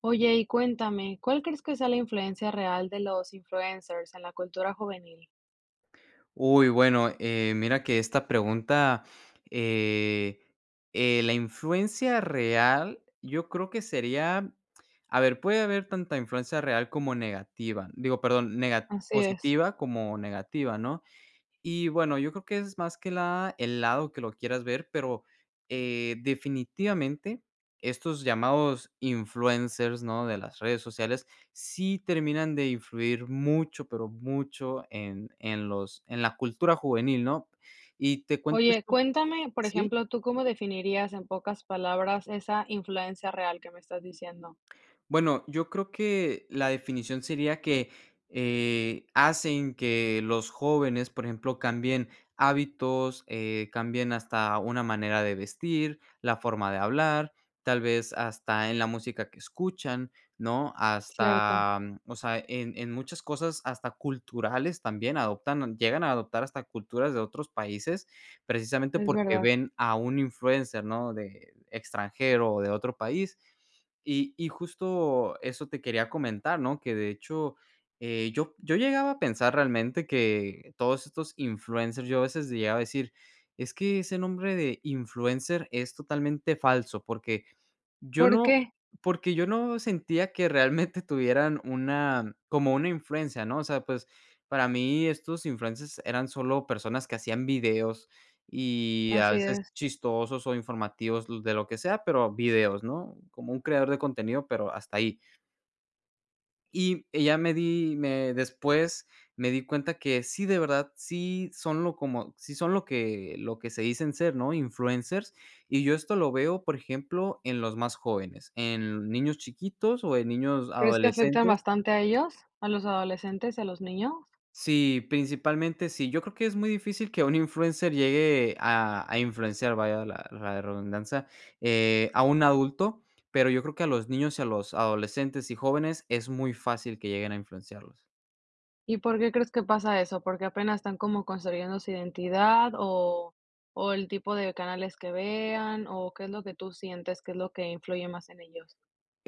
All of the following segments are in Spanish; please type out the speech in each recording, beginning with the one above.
Oye, y cuéntame, ¿cuál crees que sea la influencia real de los influencers en la cultura juvenil? Mira que esta pregunta, eh, la influencia real, yo creo que sería, a ver, puede haber tanta influencia real como negativa, digo, perdón, nega Así es. positiva como negativa, ¿no? Y bueno, yo creo que es más que la el lado que lo quieras ver, pero, definitivamente estos llamados influencers, ¿no?, de las redes sociales, sí terminan de influir mucho, pero mucho en los en la cultura juvenil, ¿no? Y te cuento Oye, esto cuéntame, por sí. ejemplo, ¿tú cómo definirías en pocas palabras esa influencia real que me estás diciendo? Bueno, yo creo que la definición sería que, hacen que los jóvenes, por ejemplo, cambien hábitos, cambien hasta una manera de vestir, la forma de hablar, tal vez hasta en la música que escuchan, ¿no? Cierto, Hasta, o sea, en muchas cosas hasta culturales también adoptan llegan a adoptar hasta culturas de otros países, precisamente es porque verdad. ven a un influencer, ¿no? De extranjero o de otro país. Y justo eso te quería comentar, ¿no? Que de hecho, yo llegaba a pensar realmente que todos estos influencers, yo a veces llegaba a decir: "Es que ese nombre de influencer es totalmente falso", yo ¿Por no qué? porque yo no sentía que realmente tuvieran una como una influencia, ¿no? O sea, pues, para mí estos influencers eran solo personas que hacían videos, y a Así veces es. chistosos o informativos, lo- de lo que sea, pero videos, ¿no? Como un creador de contenido, pero hasta ahí. Y ya me di me después me di cuenta que sí, de verdad, sí son lo como sí son lo que se dicen ser, ¿no? Influencers. Y yo esto lo veo, por ejemplo, en los más jóvenes, en niños chiquitos o en niños ¿Crees que afectan adolescentes. bastante a ellos, a los adolescentes y a los niños? Sí, principalmente sí. Yo creo que es muy difícil que un influencer llegue a influenciar, vaya la redundancia, a un adulto, pero yo creo que a los niños y a los adolescentes y jóvenes es muy fácil que lleguen a influenciarlos. ¿Y por qué crees que pasa eso? ¿Porque apenas están como construyendo su identidad o el tipo de canales que vean o qué es lo que tú sientes, qué es lo que influye más en ellos?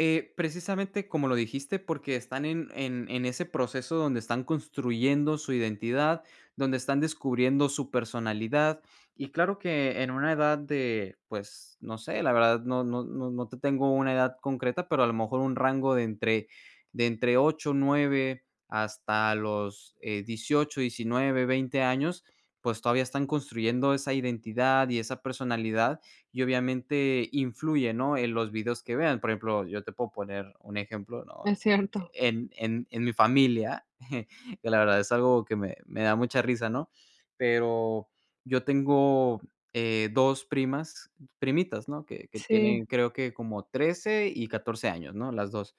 Precisamente como lo dijiste, porque están en ese proceso donde están construyendo su identidad, donde están descubriendo su personalidad. Y claro que en una edad de, pues, no sé, la verdad no te tengo una edad concreta, pero a lo mejor un rango de entre 8 9 hasta los, 18, 19, 20 años, pues, todavía están construyendo esa identidad y esa personalidad, y obviamente influye, ¿no?, en los videos que vean. Por ejemplo, yo te puedo poner un ejemplo, ¿no?, Es cierto, en mi familia, que la verdad es algo que me da mucha risa, ¿no?, pero yo tengo, 2 primas primitas, ¿no?, que sí. tienen, creo que como 13 y 14 años, ¿no?, las 2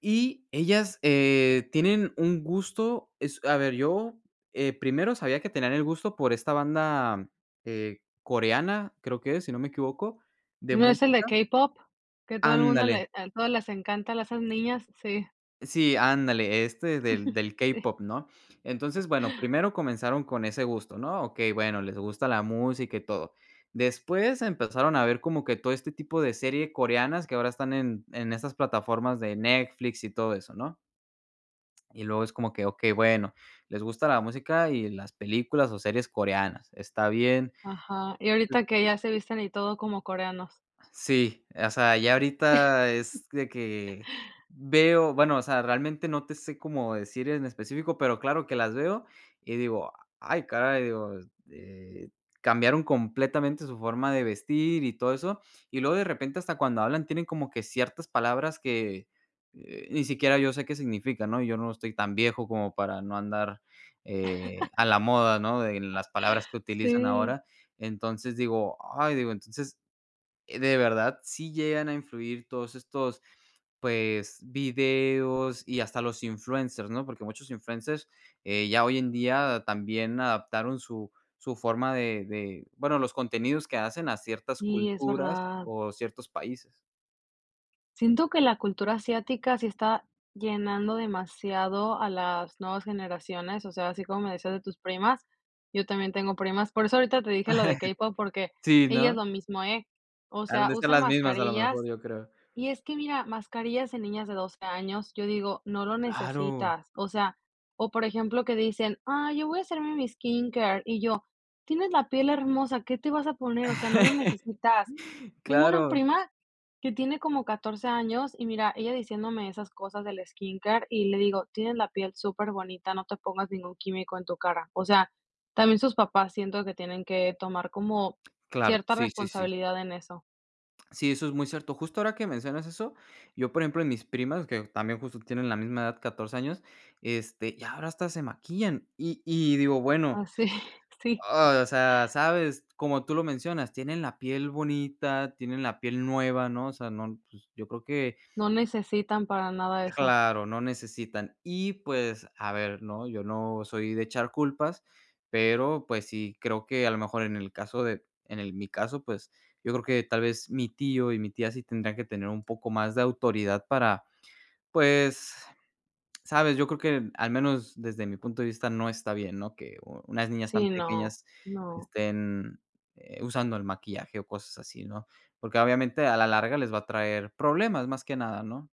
y ellas, tienen un gusto, es a ver, yo, primero sabía que tenían el gusto por esta banda, coreana, creo que es, si no me equivoco, de ¿No es el de música K-pop? Que todo el mundo ándale, le a todas les encanta, a esas niñas, sí, sí, ándale, este del sí. K-pop, ¿no? Entonces, bueno, primero comenzaron con ese gusto, ¿no? Okey, bueno, les gusta la música y todo. Después empezaron a ver como que todo este tipo de serie coreanas que ahora están en estas plataformas de Netflix y todo eso, ¿no? Y luego es como que, okey, bueno, les gusta la música y las películas o series coreanas, está bien. Ajá, y ahorita que ya se visten y todo como coreanos. Sí, o sea, ya ahorita es de que veo, bueno, o sea, realmente no te sé cómo decir en específico, pero claro que las veo y digo: "Ay, caray", digo, eh, cambiaron completamente su forma de vestir y todo eso. Y luego de repente hasta cuando hablan tienen como que ciertas palabras que, ni siquiera yo sé qué significan, ¿no? Yo no estoy tan viejo como para no andar, a la moda, ¿no? De las palabras que utilizan Sí, ahora. Entonces digo: "Ay", digo, entonces de verdad, sí llegan a influir todos estos, pues, videos y hasta los influencers, ¿no? Porque muchos influencers, ya hoy en día también adaptaron su su forma de, bueno, los contenidos que hacen a ciertas sí, es culturas verdad. o ciertos países. Siento que la cultura asiática sí está llenando demasiado a las nuevas generaciones, o sea, así como me decías de tus primas, yo también tengo primas, por eso ahorita te dije lo de K-pop, porque Sí, ella es ¿no? lo mismo, ¿eh? O Han sea, de ser usan las mismas, a lo mejor, mascarillas. yo creo. Y es que mira, mascarillas en niñas de 12 años, yo digo, no lo Claro. necesitas. O sea, o por ejemplo que dicen, ah, yo voy a hacerme mi skincare. Y yo, tienes la piel hermosa, ¿qué te vas a poner? O sea, no lo necesitas. Tengo una Claro, prima que tiene como 14 años y mira, ella diciéndome esas cosas del skincare y le digo, tienes la piel súper bonita, no te pongas ningún químico en tu cara. O sea, también sus papás siento que tienen que tomar como claro. cierta Sí, sí, sí. responsabilidad en eso. Sí, eso es muy cierto. Justo ahora que mencionas eso, yo, por ejemplo, en mis primas, que también justo tienen la misma edad, 14 años, este, y ahora hasta se maquillan. Y digo, bueno, Así, sí. ah, o sea, ¿sabes? Como tú lo mencionas, tienen la piel bonita, tienen la piel nueva, ¿no? O sea, no, pues, yo creo que No necesitan para nada eso. Claro, no necesitan. Y, pues, a ver, ¿no? Yo no soy de echar culpas, pero, pues, sí creo que a lo mejor en el caso de en el mi caso, pues, yo creo que tal vez mi tío y mi tía sí tendrían que tener un poco más de autoridad para, pues, ¿sabes? Yo creo que, al menos desde mi punto de vista, no está bien, ¿no? Que u unas niñas tan Sí, no, pequeñas no. estén, usando el maquillaje o cosas así, ¿no? Porque obviamente a la larga les va a traer problemas, más que nada, ¿no?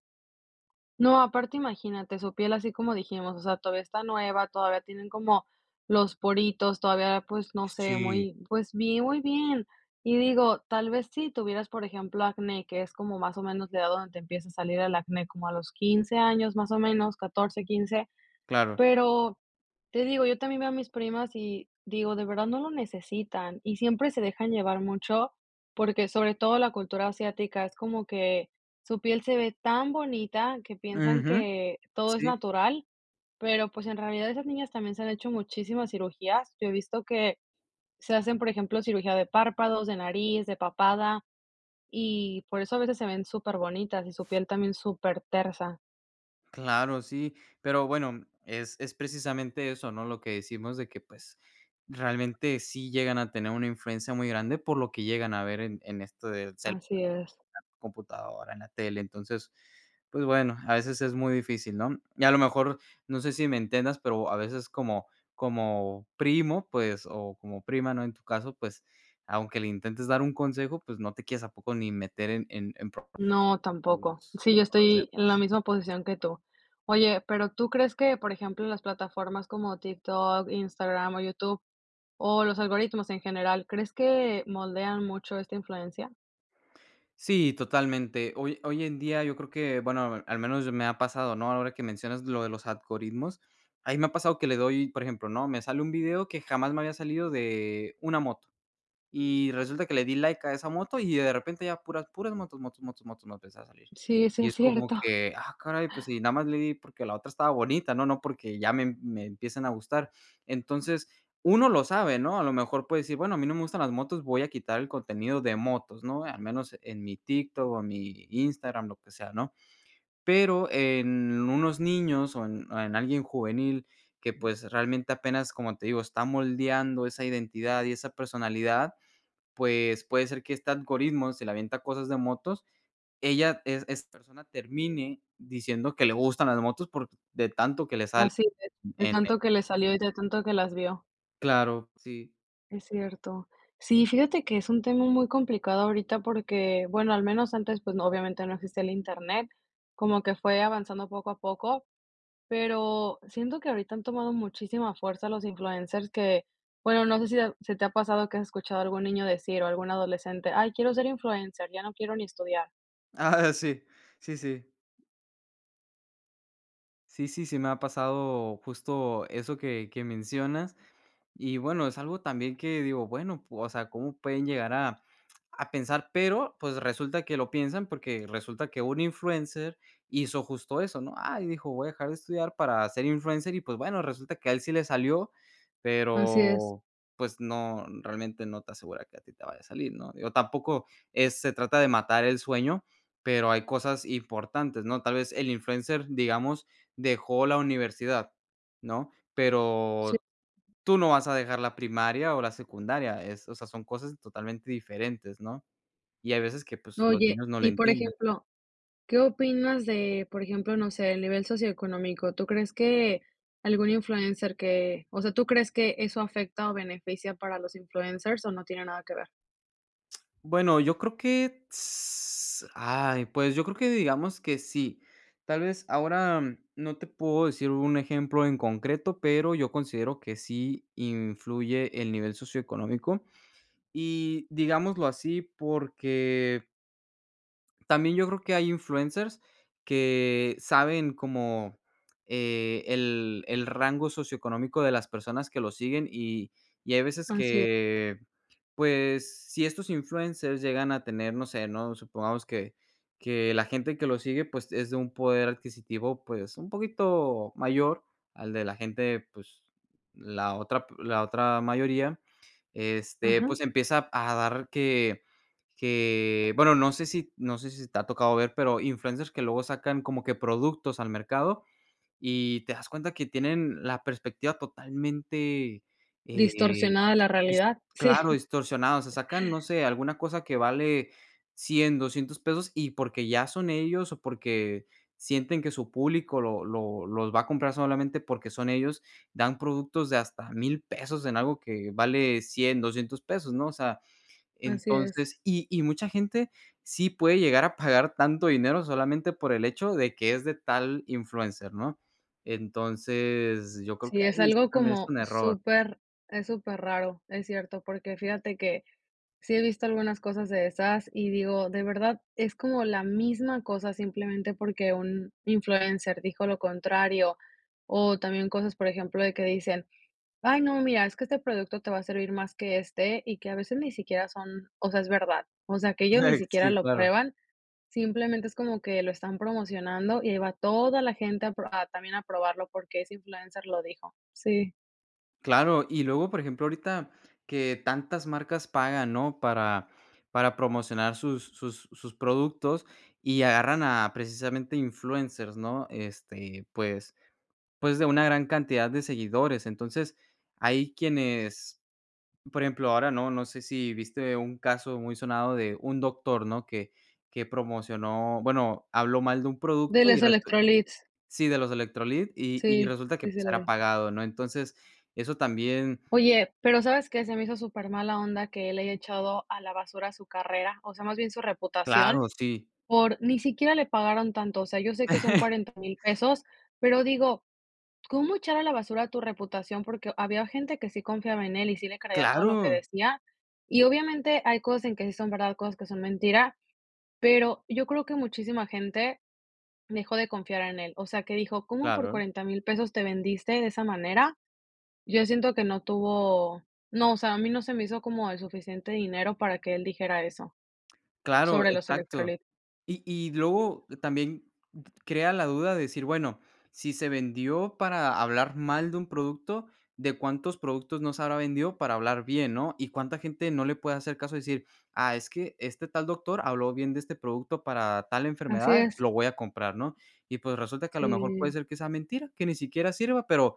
No, aparte imagínate, su piel así como dijimos, o sea, todavía está nueva, todavía tienen como los poritos, todavía, pues, no sé, Sí, muy, pues, bien, muy bien. Y digo, tal vez si tuvieras, por ejemplo, acné, que es como más o menos la edad donde te empieza a salir el acné, como a los 15 años, más o menos, 14, 15. claro. Pero te digo, yo también veo a mis primas y digo, de verdad no lo necesitan y siempre se dejan llevar mucho, porque sobre todo la cultura asiática es como que su piel se ve tan bonita que piensan Ujú, que todo es sí, natural, pero pues en realidad esas niñas también se han hecho muchísimas cirugías. Yo he visto que se hacen, por ejemplo, cirugía de párpados, de nariz, de papada, y por eso a veces se ven súper bonitas y su piel también súper tersa. claro, sí. Pero bueno, es precisamente eso, ¿no? Lo que decimos de que, pues, realmente sí llegan a tener una influencia muy grande por lo que llegan a ver en esto del cel Así es. computadora, en la tele. Entonces, pues bueno, a veces es muy difícil, ¿no? Y a lo mejor, no sé si me entiendas, pero a veces como como primo, pues, o como prima, ¿no? En tu caso, pues, aunque le intentes dar un consejo, pues, no te quieres a poco ni meter en problemas No, tampoco. Sí, yo con los estoy en la demás. misma posición que tú. Oye, pero ¿tú crees que, por ejemplo, las plataformas como TikTok, Instagram o YouTube o los algoritmos en general, crees que moldean mucho esta influencia? Sí, totalmente. Hoy en día yo creo que, bueno, al menos me ha pasado, ¿no? Ahora que mencionas lo de los algoritmos, ahí me ha pasado que le doy, por ejemplo, ¿no? Me sale un video que jamás me había salido de una moto. Y resulta que le di like a esa moto y de repente ya puras motos, motos, motos, motos me empezó a salir. Sí, sí Y es es como cierto. que, ah, caray, pues si nada más le di porque la otra estaba bonita, ¿no? No porque ya me empiecen a gustar. Entonces, uno lo sabe, ¿no? A lo mejor puede decir, bueno, a mí no me gustan las motos, voy a quitar el contenido de motos, ¿no? Al menos en mi TikTok o en mi Instagram, lo que sea, ¿no? Pero en unos niños o en alguien juvenil que, pues, realmente apenas, como te digo, está moldeando esa identidad y esa personalidad, pues, puede ser que este algoritmo se le avienta cosas de motos. Ella es esta persona termine diciendo que le gustan las motos por de tanto que le salen Así es, de en el tanto que le salió y de tanto que las vio. Claro, sí. Es cierto. Sí, fíjate que es un tema muy complicado ahorita porque, bueno, al menos antes, pues no, obviamente no existía el internet, como que fue avanzando poco a poco. Pero siento que ahorita han tomado muchísima fuerza los influencers que, bueno, no sé si a- se te ha pasado que has escuchado a algún niño decir o algún adolescente, ay, quiero ser influencer, ya no quiero ni estudiar. Ah, sí, sí, sí. Sí, me ha pasado justo eso que mencionas. Y bueno, es algo también que digo, bueno, pu- o sea, ¿cómo pueden llegar a pensar? Pero pues resulta que lo piensan porque resulta que un influencer hizo justo eso, ¿no? Ah, y dijo, voy a dejar de estudiar para ser influencer y pues bueno, resulta que a él sí le salió, Así es. pero pues no, realmente no te asegura que a ti te vaya a salir, ¿no? Digo, tampoco es, se trata de matar el sueño, pero hay cosas importantes, ¿no? Tal vez el influencer, digamos, dejó la universidad, ¿no? Sí. Pero tú no vas a dejar la primaria o la secundaria, es o sea, son cosas totalmente diferentes, ¿no? Y hay veces que, pues, los Oye, niños no lo y por entienden. ejemplo, ¿qué opinas de, por ejemplo, no sé, el nivel socioeconómico? ¿Tú crees que algún influencer que, o sea, ¿tú crees que eso afecta o beneficia para los influencers o no tiene nada que ver? Bueno, yo creo que s ay, pues, yo creo que digamos que sí. Tal vez ahora no te puedo decir un ejemplo en concreto, pero yo considero que sí influye el nivel socioeconómico, y digámoslo así, porque También yo creo que hay influencers que saben como, el rango socioeconómico de las personas que lo siguen, y hay veces Así es. que, pues, si estos influencers llegan a tener, no sé, ¿no? Supongamos que la gente que lo sigue, pues, es de un poder adquisitivo, pues, un poquito mayor al de la gente, pues, la otra mayoría. Este, Ajá. pues, empieza a dar que, bueno, no sé si te ha tocado ver, pero influencers que luego sacan como que productos al mercado y te das cuenta que tienen la perspectiva totalmente, eh Distorsionada la Dis realidad. Sí, claro, distorsionados, se sacan, no sé, alguna cosa que vale 100 200 pesos, y porque ya son ellos o porque sienten que su público lo los va a comprar solamente porque son ellos, dan productos de hasta 1000 pesos en algo que vale 100 200 pesos, ¿no? O sea, así es. entonces y mucha gente sí puede llegar a pagar tanto dinero solamente por el hecho de que es de tal influencer, ¿no? Entonces, yo creo Sí, que es ahí algo también es como un error. súper es súper raro, es cierto, porque fíjate que sí he visto algunas cosas de esas y digo, de verdad, es como la misma cosa, simplemente porque un influencer dijo lo contrario, o también cosas, por ejemplo, de que dicen: "Ay, no, mira, es que este producto te va a servir más que este", y que a veces ni siquiera son o sea, es verdad. O sea, que ellos ni siquiera Sí, lo claro. prueban, simplemente es como que lo están promocionando y ahí va toda la gente a pro a también a probarlo porque ese influencer lo dijo. Sí. Claro, y luego, por ejemplo, ahorita que tantas marcas pagan, ¿no? Para promocionar sus, sus, sus productos y agarran a precisamente influencers, ¿no? Este, pues, pues de una gran cantidad de seguidores. Entonces, hay quienes, por ejemplo, ahora no, no sé si viste un caso muy sonado de un doctor, ¿no? Que promocionó, bueno, habló mal de un De producto y los resu- electrolits. sí, de los electrolit y Sí, resulta que sí, sí pues, lo era vi. pagado, ¿no? Entonces, eso también Oye, pero, ¿sabes qué? Se me hizo súper mala onda que él haya echado a la basura su carrera, o sea, más bien su reputación, Claro, sí. por ni siquiera le pagaron tanto, o sea, yo sé que son 40,000 pesos, pero digo, ¿cómo echar a la basura tu reputación? Porque había gente que sí confiaba en él y sí le creía todo lo que Claro, decía, y obviamente hay cosas en que sí son verdad, cosas que son mentira, pero yo creo que muchísima gente dejó de confiar en él, o sea, que dijo: "¿Cómo por claro, 40,000 pesos te vendiste de esa manera?". Yo siento que no tuvo no, o sea, a mí no se me hizo como el suficiente dinero para que él dijera eso claro, sobre los exacto. electrolitos. Y luego también crea la duda de decir, bueno, si se vendió para hablar mal de un producto, ¿de cuántos productos no se habrá vendido para hablar bien, no? Y cuánta gente no le puede hacer caso y decir: "Ah, es que este tal doctor habló bien de este producto para tal Así enfermedad, es, lo voy a comprar", ¿no? Y, pues, resulta que a lo mejor puede sí, ser que sea mentira, que ni siquiera sirva, pero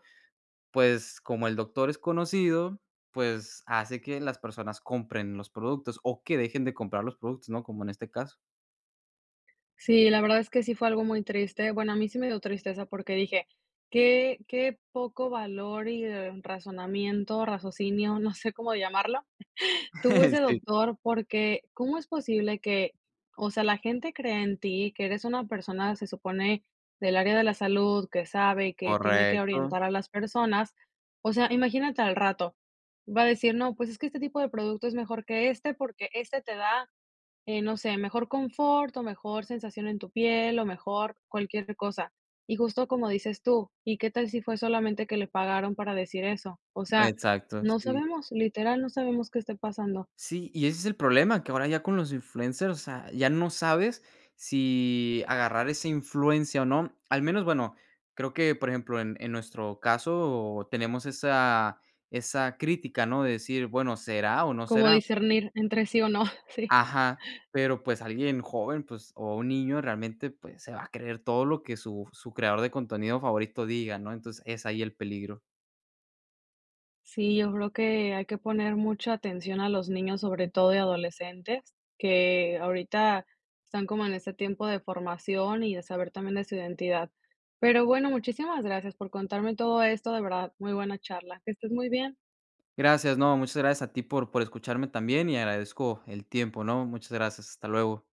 Pues, como el doctor es conocido, pues, hace que las personas compren los productos, o que dejen de comprar los productos, ¿no? Como en este caso. sí, la verdad es que sí fue algo muy triste. Bueno, a mí sí me dio tristeza porque dije: "Qué poco valor y, razonamiento, raciocinio", no sé cómo llamarlo. Tuvo ese Sí, doctor porque, ¿cómo es posible que, o sea, la gente cree en ti, que eres una persona, se supone, del área de la salud, que sabe, que tiene que correcto, orientar a las personas? O sea, imagínate al rato, va a decir, no, pues es que este tipo de producto es mejor que este porque este te da, no sé, mejor confort o mejor sensación en tu piel o mejor cualquier cosa. Y justo como dices tú, ¿y qué tal si fue solamente que le pagaron para decir eso? O sea, exacto, no sí. sabemos, literal, no sabemos qué esté pasando. Sí, y ese es el problema, que ahora ya con los influencers, o sea, ya no sabes si agarrar esa influencia o no. Al menos, bueno, creo que, por ejemplo, en nuestro caso tenemos esa esa crítica, ¿no? De decir, bueno, ¿será o no Como será? discernir entre sí o no, sí. Ajá, pero, pues, alguien joven, pues, o un niño realmente, pues, se va a creer todo lo que su su creador de contenido favorito diga, ¿no? Entonces, es ahí el peligro. Sí, yo creo que hay que poner mucha atención a los niños, sobre todo y adolescentes, que ahorita están como en este tiempo de formación y de saber también de su identidad. Pero bueno, muchísimas gracias por contarme todo esto, de verdad, muy buena charla. Que estés muy bien. Gracias, no, muchas gracias a ti por escucharme también y agradezco el tiempo, ¿no? Muchas gracias, hasta luego.